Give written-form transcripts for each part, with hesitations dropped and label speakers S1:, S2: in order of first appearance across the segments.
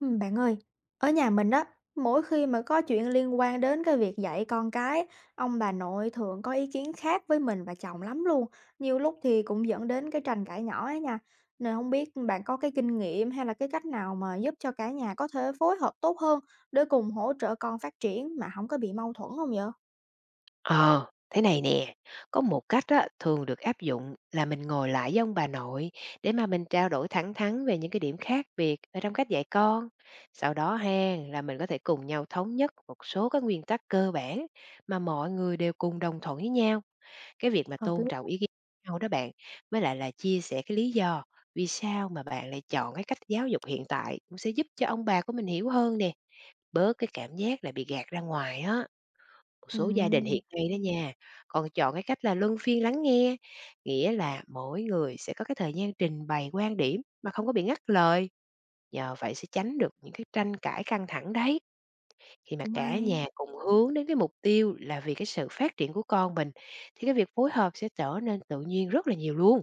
S1: Bạn ơi, ở nhà mình đó mỗi khi mà có chuyện liên quan đến cái việc dạy con cái, ông bà nội thường có ý kiến khác với mình và chồng lắm luôn. Nhiều lúc thì cũng dẫn đến cái tranh cãi nhỏ ấy nha. Nên không biết bạn có cái kinh nghiệm hay là cái cách nào mà giúp cho cả nhà có thể phối hợp tốt hơn để cùng hỗ trợ con phát triển mà không có bị mâu thuẫn không vậy?
S2: Ờ, thế này nè, có một cách á, thường được áp dụng là mình ngồi lại với ông bà nội để mà mình trao đổi thẳng thắn về những cái điểm khác biệt ở trong cách dạy con. Sau đó ha, là mình có thể cùng nhau thống nhất một số các nguyên tắc cơ bản mà mọi người đều cùng đồng thuận với nhau. Cái việc mà
S1: Hợp
S2: tôn
S1: lý.
S2: trọng ý kiến nhau đó bạn, với lại là chia sẻ cái lý do vì sao mà bạn lại chọn cái cách giáo dục hiện tại cũng sẽ giúp cho ông bà của mình hiểu hơn nè, bớt cái cảm giác là bị gạt ra ngoài á. Một số gia đình
S1: Ừm,
S2: hiện nay đó nha, còn chọn cái cách là luân phiên lắng nghe, nghĩa là mỗi người sẽ có cái thời gian trình bày quan điểm mà không có bị ngắt lời. Nhờ vậy sẽ tránh được những cái tranh cãi căng thẳng đấy. Khi mà
S1: cũng
S2: cả
S1: hay.
S2: nhà cùng hướng đến cái mục tiêu là vì cái sự phát triển của con mình thì cái việc phối hợp sẽ trở nên tự nhiên rất là nhiều luôn.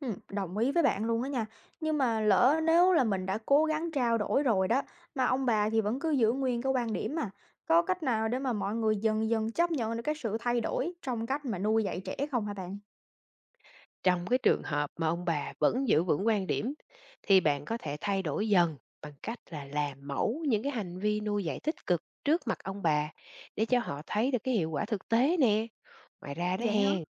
S1: Đồng ý với bạn luôn á nha. Nhưng mà lỡ nếu là mình đã cố gắng trao đổi rồi đó, mà ông bà thì vẫn cứ giữ nguyên cái quan điểm mà, có cách nào để mà mọi người dần dần chấp nhận được cái sự thay đổi trong cách mà nuôi dạy trẻ không hả bạn?
S2: Trong cái trường hợp mà ông bà vẫn giữ vững quan điểm thì bạn có thể thay đổi dần bằng cách là làm mẫu những cái hành vi nuôi dạy tích cực trước mặt ông bà để cho họ thấy được cái hiệu quả thực tế nè. Ngoài ra đó
S1: Vậy hả?
S2: hen,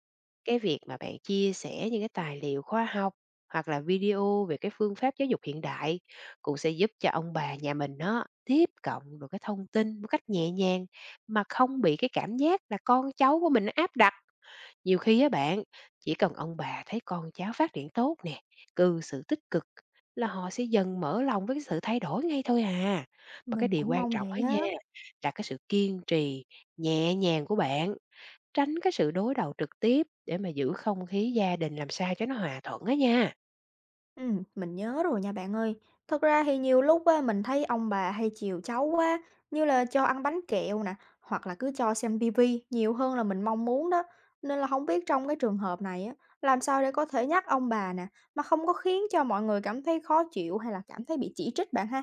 S2: cái việc mà bạn chia sẻ những cái tài liệu khoa học hoặc là video về cái phương pháp giáo dục hiện đại cũng sẽ giúp cho ông bà nhà mình đó tiếp cận được cái thông tin một cách nhẹ nhàng mà không bị cái cảm giác là con cháu của mình nó áp đặt nhiều khi á bạn, chỉ cần ông bà thấy con cháu phát triển tốt nè, cư xử tích cực là họ sẽ dần mở lòng với cái sự thay đổi ngay thôi à. Và cái
S1: Mình
S2: điều
S1: cũng
S2: quan
S1: mong
S2: trọng
S1: vậy
S2: á nha,
S1: á.
S2: là cái sự kiên trì, nhẹ nhàng của bạn, tránh cái sự đối đầu trực tiếp để mà giữ không khí gia đình làm sao cho nó hòa thuận á nha.
S1: Mình nhớ rồi nha bạn ơi. Thật ra thì nhiều lúc á, mình thấy ông bà hay chiều cháu quá, như là cho ăn bánh kẹo nè, hoặc là cứ cho xem tivi nhiều hơn là mình mong muốn đó. Nên là không biết trong cái trường hợp này á, làm sao để có thể nhắc ông bà nè, mà không có khiến cho mọi người cảm thấy khó chịu hay là cảm thấy bị chỉ trích bạn ha?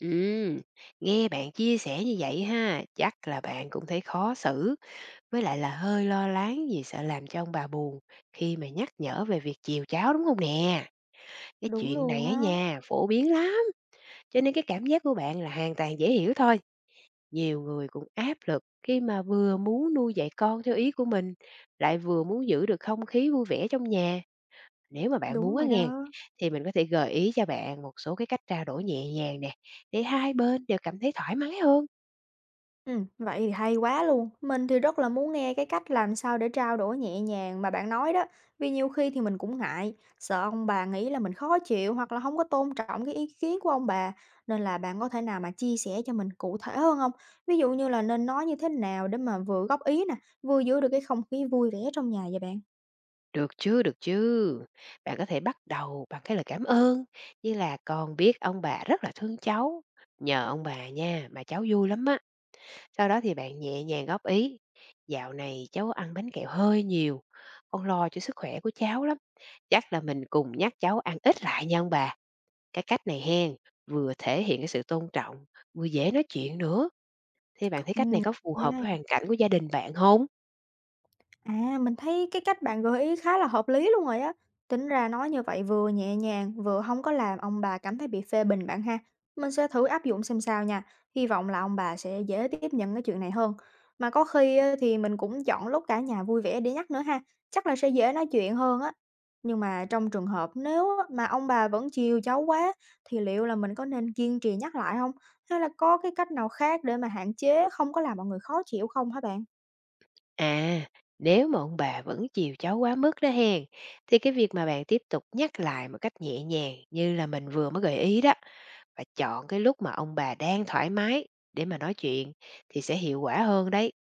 S2: Ừ, nghe bạn chia sẻ như vậy ha, chắc là bạn cũng thấy khó xử, với lại là hơi lo lắng vì sợ làm cho ông bà buồn khi mà nhắc nhở về việc chiều cháu đúng không nè? Cái
S1: Đúng
S2: chuyện
S1: luôn
S2: này á
S1: á,
S2: nha, phổ biến lắm, cho nên cái cảm giác của bạn là hoàn toàn dễ hiểu thôi. Nhiều người cũng áp lực khi mà vừa muốn nuôi dạy con theo ý của mình, lại vừa muốn giữ được không khí vui vẻ trong nhà. Nếu mà bạn muốn
S1: đúng
S2: á
S1: rồi
S2: nghe,
S1: đó.
S2: thì mình có thể gợi ý cho bạn một số cái cách trao đổi nhẹ nhàng nè, để hai bên đều cảm thấy thoải mái hơn.
S1: Vậy thì hay quá luôn. Mình thì rất là muốn nghe cái cách làm sao để trao đổi nhẹ nhàng mà bạn nói đó. Vì nhiều khi thì mình cũng ngại, sợ ông bà nghĩ là mình khó chịu hoặc là không có tôn trọng cái ý kiến của ông bà. Nên là bạn có thể nào mà chia sẻ cho mình cụ thể hơn không? Ví dụ như là nên nói như thế nào để mà vừa góp ý nè, vừa giữ được cái không khí vui vẻ trong nhà vậy bạn?
S2: Được chứ, được chứ. Bạn có thể bắt đầu bằng cái lời cảm ơn, như là con biết ông bà rất là thương cháu. Nhờ ông bà nha, mà cháu vui lắm á. Sau đó thì bạn nhẹ nhàng góp ý, dạo này cháu ăn bánh kẹo hơi nhiều, con lo cho sức khỏe của cháu lắm. Chắc là mình cùng nhắc cháu ăn ít lại nha ông bà. Cái cách này hen, vừa thể hiện cái sự tôn trọng, vừa dễ nói chuyện nữa. Thì bạn thấy cách này
S1: Ừm.
S2: có phù hợp với hoàn cảnh của gia đình bạn không?
S1: À, mình thấy cái cách bạn gợi ý khá là hợp lý luôn rồi á. Tính ra nói như vậy vừa nhẹ nhàng, vừa không có làm ông bà cảm thấy bị phê bình bạn ha. Mình sẽ thử áp dụng xem sao nha. Hy vọng là ông bà sẽ dễ tiếp nhận cái chuyện này hơn. Mà có khi á, thì mình cũng chọn lúc cả nhà vui vẻ để nhắc nữa ha. Chắc là sẽ dễ nói chuyện hơn á. Nhưng mà trong trường hợp nếu á, mà ông bà vẫn chiều cháu quá thì liệu là mình có nên kiên trì nhắc lại không? Hay là có cái cách nào khác để mà hạn chế không có làm mọi người khó chịu không hả bạn?
S2: À, nếu mà ông bà vẫn chiều cháu quá mức đó hen, thì cái việc mà bạn tiếp tục nhắc lại một cách nhẹ nhàng như là mình vừa mới gợi ý đó. Và chọn cái lúc mà ông bà đang thoải mái để mà nói chuyện thì sẽ hiệu quả hơn đấy.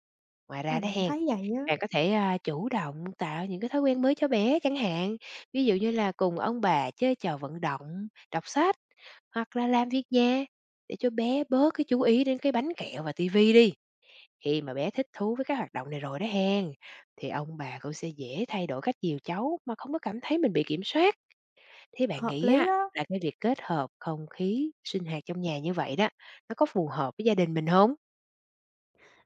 S2: Ngoài ra
S1: Mình
S2: đó
S1: cũng
S2: hen,
S1: thấy vậy á.
S2: bạn có thể, chủ động tạo những cái thói quen mới cho bé chẳng hạn, ví dụ như là cùng ông bà chơi trò vận động, đọc sách hoặc là làm việc nhà để cho bé bớt cái chú ý đến cái bánh kẹo và tivi đi. Khi mà bé thích thú với các hoạt động này rồi đó hen, thì ông bà cũng sẽ dễ thay đổi cách chiều cháu mà không có cảm thấy mình bị kiểm soát. Thế bạn
S1: Hợp
S2: nghĩ
S1: lý
S2: á,
S1: đó.
S2: là cái việc kết hợp không khí sinh hoạt trong nhà như vậy đó, nó có phù hợp với gia đình mình không?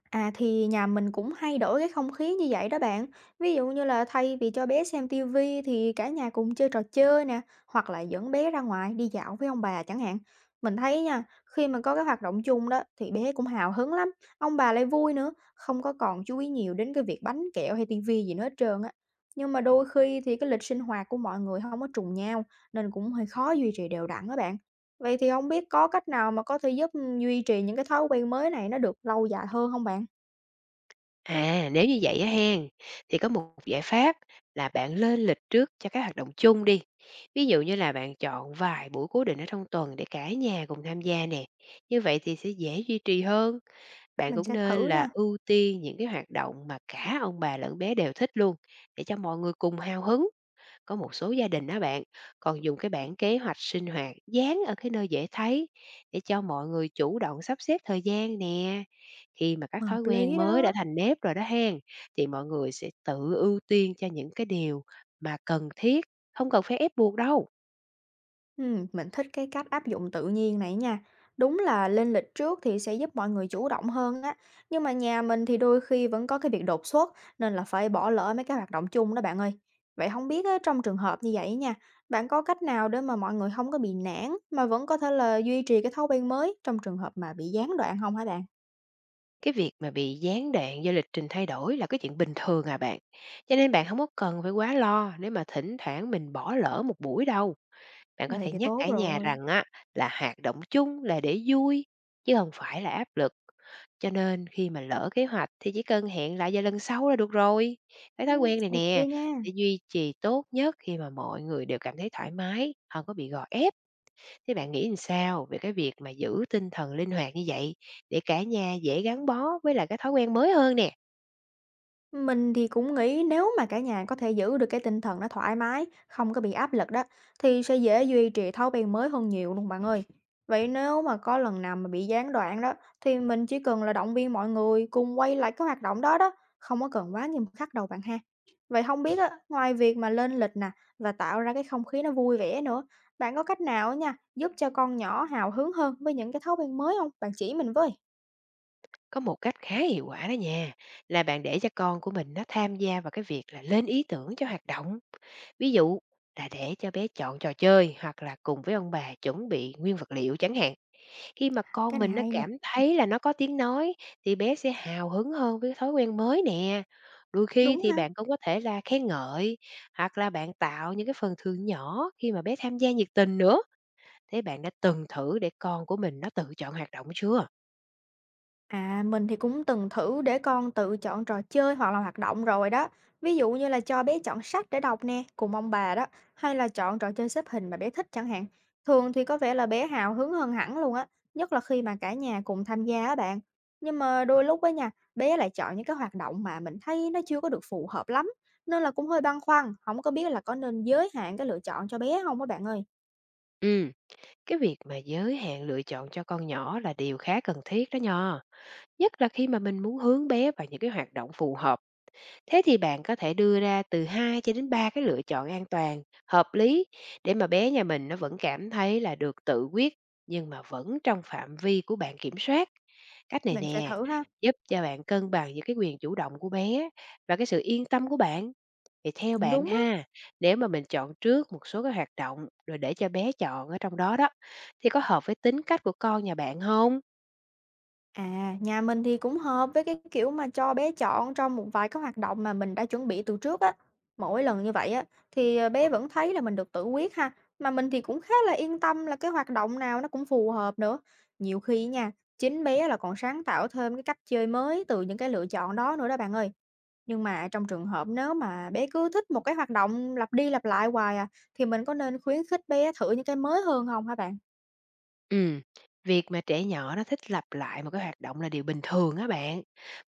S1: À thì nhà mình cũng hay đổi cái không khí như vậy đó bạn. Ví dụ như là thay vì cho bé xem tivi thì cả nhà cùng chơi trò chơi nè, hoặc là dẫn bé ra ngoài đi dạo với ông bà chẳng hạn. Mình thấy nha, khi mà có cái hoạt động chung đó thì bé cũng hào hứng lắm, ông bà lại vui nữa, không có còn chú ý nhiều đến cái việc bánh kẹo hay tivi gì nữa hết trơn á. Nhưng mà đôi khi thì cái lịch sinh hoạt của mọi người không có trùng nhau nên cũng hơi khó duy trì đều đặn đó bạn. Vậy thì không biết có cách nào mà có thể giúp, duy trì những cái thói quen mới này nó được lâu dài hơn không bạn?
S2: À, nếu như vậy á hen, thì có một giải pháp là bạn lên lịch trước cho các hoạt động chung đi. Ví dụ như là bạn chọn vài buổi cố định ở trong tuần để cả nhà cùng tham gia nè, như vậy thì sẽ dễ duy trì hơn. Bạn
S1: Mình
S2: cũng
S1: sẽ thử
S2: nên là
S1: nha.
S2: ưu tiên những cái hoạt động mà cả ông bà lẫn bé đều thích luôn, để cho mọi người cùng hào hứng. Có một số gia đình á bạn, còn dùng cái bảng kế hoạch sinh hoạt dán ở cái nơi dễ thấy để cho mọi người chủ động sắp xếp thời gian nè. Khi mà các
S1: Hợp
S2: thói quen
S1: lý
S2: mới đã
S1: đó.
S2: thành nếp rồi đó hen, thì mọi người sẽ tự ưu tiên cho những cái điều mà cần thiết, không cần phải ép buộc đâu.
S1: Mình thích cái cách áp dụng tự nhiên này nha. Đúng là lên lịch trước thì sẽ giúp mọi người chủ động hơn á, nhưng mà nhà mình thì đôi khi vẫn có cái việc đột xuất nên là phải bỏ lỡ mấy cái hoạt động chung đó bạn ơi. Vậy không biết á, trong trường hợp như vậy nha, bạn có cách nào để mà mọi người không có bị nản mà vẫn có thể là duy trì cái thói quen mới trong trường hợp mà bị gián đoạn không hả bạn?
S2: Cái việc mà bị gián đoạn do lịch trình thay đổi là cái chuyện bình thường à bạn. Cho nên bạn không có cần phải quá lo nếu mà thỉnh thoảng mình bỏ lỡ một buổi đâu. Bạn có
S1: Vậy
S2: thể
S1: thì
S2: nhắc
S1: tốt
S2: cả nhà
S1: rồi.
S2: rằng á là hoạt động chung là để vui chứ không phải là áp lực. Cho nên khi mà lỡ kế hoạch thì chỉ cần hẹn lại vào lần sau là được rồi. Cái thói quen này
S1: Ô
S2: nè
S1: nha.
S2: để duy trì tốt nhất khi mà mọi người đều cảm thấy thoải mái, không có bị gò ép. Thế bạn nghĩ làm sao về cái việc mà giữ tinh thần linh hoạt như vậy để cả nhà dễ gắn bó với lại cái thói quen mới hơn nè?
S1: Mình thì cũng nghĩ nếu mà cả nhà có thể giữ được cái tinh thần nó thoải mái, không có bị áp lực đó, thì sẽ dễ duy trì thói quen mới hơn nhiều luôn bạn ơi. Vậy nếu mà có lần nào mà bị gián đoạn đó, thì mình chỉ cần là động viên mọi người cùng quay lại cái hoạt động đó đó, không có cần quá nghiêm khắc đâu bạn ha. Vậy không biết á, ngoài việc mà lên lịch nè, và tạo ra cái không khí nó vui vẻ nữa, bạn có cách nào á nha, giúp cho con nhỏ hào hứng hơn với những cái thói quen mới không? Bạn chỉ mình với.
S2: Có một cách khá hiệu quả đó nha, là bạn để cho con của mình nó tham gia vào cái việc là lên ý tưởng cho hoạt động. Ví dụ là để cho bé chọn trò chơi hoặc là cùng với ông bà chuẩn bị nguyên vật liệu chẳng hạn. Khi mà
S1: Cái
S2: con
S1: này
S2: mình nó
S1: hay nè.
S2: cảm thấy là nó có tiếng nói thì bé sẽ hào hứng hơn với thói quen mới nè. Đôi khi
S1: Đúng
S2: thì
S1: ha.
S2: bạn cũng có thể là khen ngợi hoặc là bạn tạo những cái phần thưởng nhỏ khi mà bé tham gia nhiệt tình nữa. Thế bạn đã từng thử để con của mình nó tự chọn hoạt động chưa?
S1: À, mình thì cũng từng thử để con tự chọn trò chơi hoặc là hoạt động rồi đó. Ví dụ như là cho bé chọn sách để đọc nè, cùng ông bà đó, hay là chọn trò chơi xếp hình mà bé thích chẳng hạn. Thường thì có vẻ là bé hào hứng hơn hẳn luôn á, nhất là khi mà cả nhà cùng tham gia á bạn. Nhưng mà đôi lúc á nha, bé lại chọn những cái hoạt động mà mình thấy nó chưa có được phù hợp lắm, nên là cũng hơi băn khoăn, không có biết là có nên giới hạn cái lựa chọn cho bé không á bạn ơi.
S2: Ừ. Cái việc mà giới hạn lựa chọn cho con nhỏ là điều khá cần thiết đó nho, nhất là khi mà mình muốn hướng bé vào những cái hoạt động phù hợp. Thế thì bạn có thể đưa ra từ 2 cho đến 3 cái lựa chọn an toàn, hợp lý để mà bé nhà mình nó vẫn cảm thấy là được tự quyết nhưng mà vẫn trong phạm vi của bạn kiểm soát. Cách này
S1: Mình sẽ
S2: nè,
S1: thử ha.
S2: giúp cho bạn cân bằng giữa cái quyền chủ động của bé và cái sự yên tâm của bạn. Vậy theo
S1: Cũng
S2: bạn
S1: đúng á.
S2: ha, nếu mà mình chọn trước một số cái hoạt động rồi để cho bé chọn ở trong đó đó, thì có hợp với tính cách của con nhà bạn không?
S1: À, nhà mình thì cũng hợp với cái kiểu mà cho bé chọn trong một vài cái hoạt động mà mình đã chuẩn bị từ trước á. Mỗi lần như vậy á thì bé vẫn thấy là mình được tự quyết ha. Mà mình thì cũng khá là yên tâm là cái hoạt động nào nó cũng phù hợp nữa. Nhiều khi nha, chính bé là còn sáng tạo thêm cái cách chơi mới từ những cái lựa chọn đó nữa đó bạn ơi. Nhưng mà trong trường hợp nếu mà bé cứ thích một cái hoạt động lặp đi lặp lại hoài à, thì mình có nên khuyến khích bé thử những cái mới hơn không hả bạn?
S2: Ừm, việc mà trẻ nhỏ nó thích lặp lại một cái hoạt động là điều bình thường á bạn.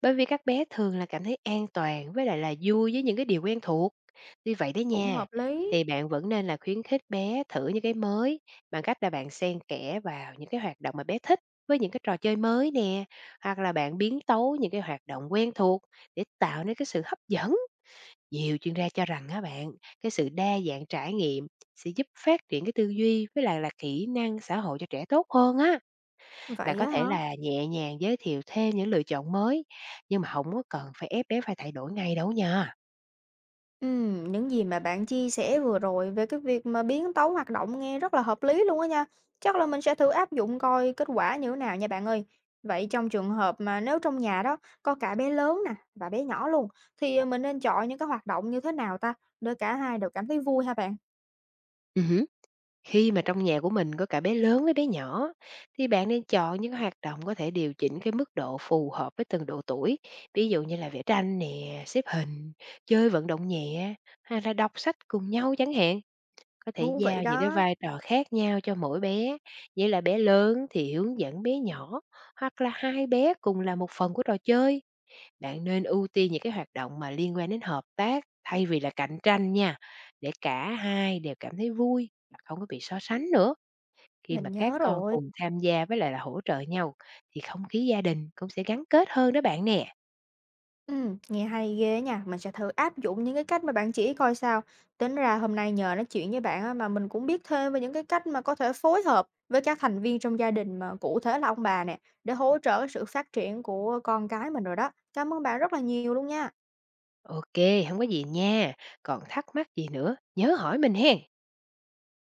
S2: Bởi vì các bé thường là cảm thấy an toàn với lại là vui với những cái điều quen thuộc. Tuy vậy đó
S1: Cũng
S2: nha,
S1: hợp lý.
S2: thì bạn vẫn nên là khuyến khích bé thử những cái mới bằng cách là bạn xen kẽ vào những cái hoạt động mà bé thích với những cái trò chơi mới nè, hoặc là bạn biến tấu những cái hoạt động quen thuộc để tạo nên cái sự hấp dẫn. Nhiều chuyên gia cho rằng á bạn, cái sự đa dạng trải nghiệm sẽ giúp phát triển cái tư duy với lại là kỹ năng xã hội cho trẻ tốt hơn á. Bạn
S1: Vậy
S2: có
S1: á
S2: thể
S1: hả?
S2: là nhẹ nhàng giới thiệu thêm những lựa chọn mới, nhưng mà không có cần phải ép bé phải thay đổi ngay đâu nha.
S1: Những gì mà bạn chia sẻ vừa rồi về cái việc mà biến tấu hoạt động nghe rất là hợp lý luôn á nha. Chắc là mình sẽ thử áp dụng coi kết quả như thế nào nha bạn ơi. Vậy trong trường hợp mà nếu trong nhà đó có cả bé lớn nè và bé nhỏ luôn, thì mình nên chọn những cái hoạt động như thế nào ta để cả hai đều cảm thấy vui ha bạn?
S2: Ừ. Khi mà trong nhà của mình có cả bé lớn với bé nhỏ, thì bạn nên chọn những hoạt động có thể điều chỉnh cái mức độ phù hợp với từng độ tuổi. Ví dụ như là vẽ tranh nè, xếp hình, chơi vận động nhẹ, hay là đọc sách cùng nhau chẳng hạn. Có thể
S1: Thú vị
S2: giao những cái
S1: đó.
S2: vai trò khác nhau cho mỗi bé, như là bé lớn thì hướng dẫn bé nhỏ, hoặc là hai bé cùng làm một phần của trò chơi. Bạn nên ưu tiên những cái hoạt động mà liên quan đến hợp tác thay vì là cạnh tranh nha, để cả hai đều cảm thấy vui và không có bị so sánh nữa. Khi mà
S1: Mình
S2: các
S1: nhớ
S2: con
S1: rồi.
S2: cùng tham gia với lại là hỗ trợ nhau thì không khí gia đình cũng sẽ gắn kết hơn đó bạn nè.
S1: Nghe hay ghê nha, mình sẽ thử áp dụng những cái cách mà bạn chỉ coi sao. Tính ra hôm nay nhờ nói chuyện với bạn á, mà mình cũng biết thêm về những cái cách mà có thể phối hợp với các thành viên trong gia đình mà cụ thể là ông bà nè, để hỗ trợ cái sự phát triển của con cái mình rồi đó. Cảm ơn bạn rất là nhiều luôn nha.
S2: Ok, không có gì nha. Còn thắc mắc gì nữa, nhớ hỏi mình hen.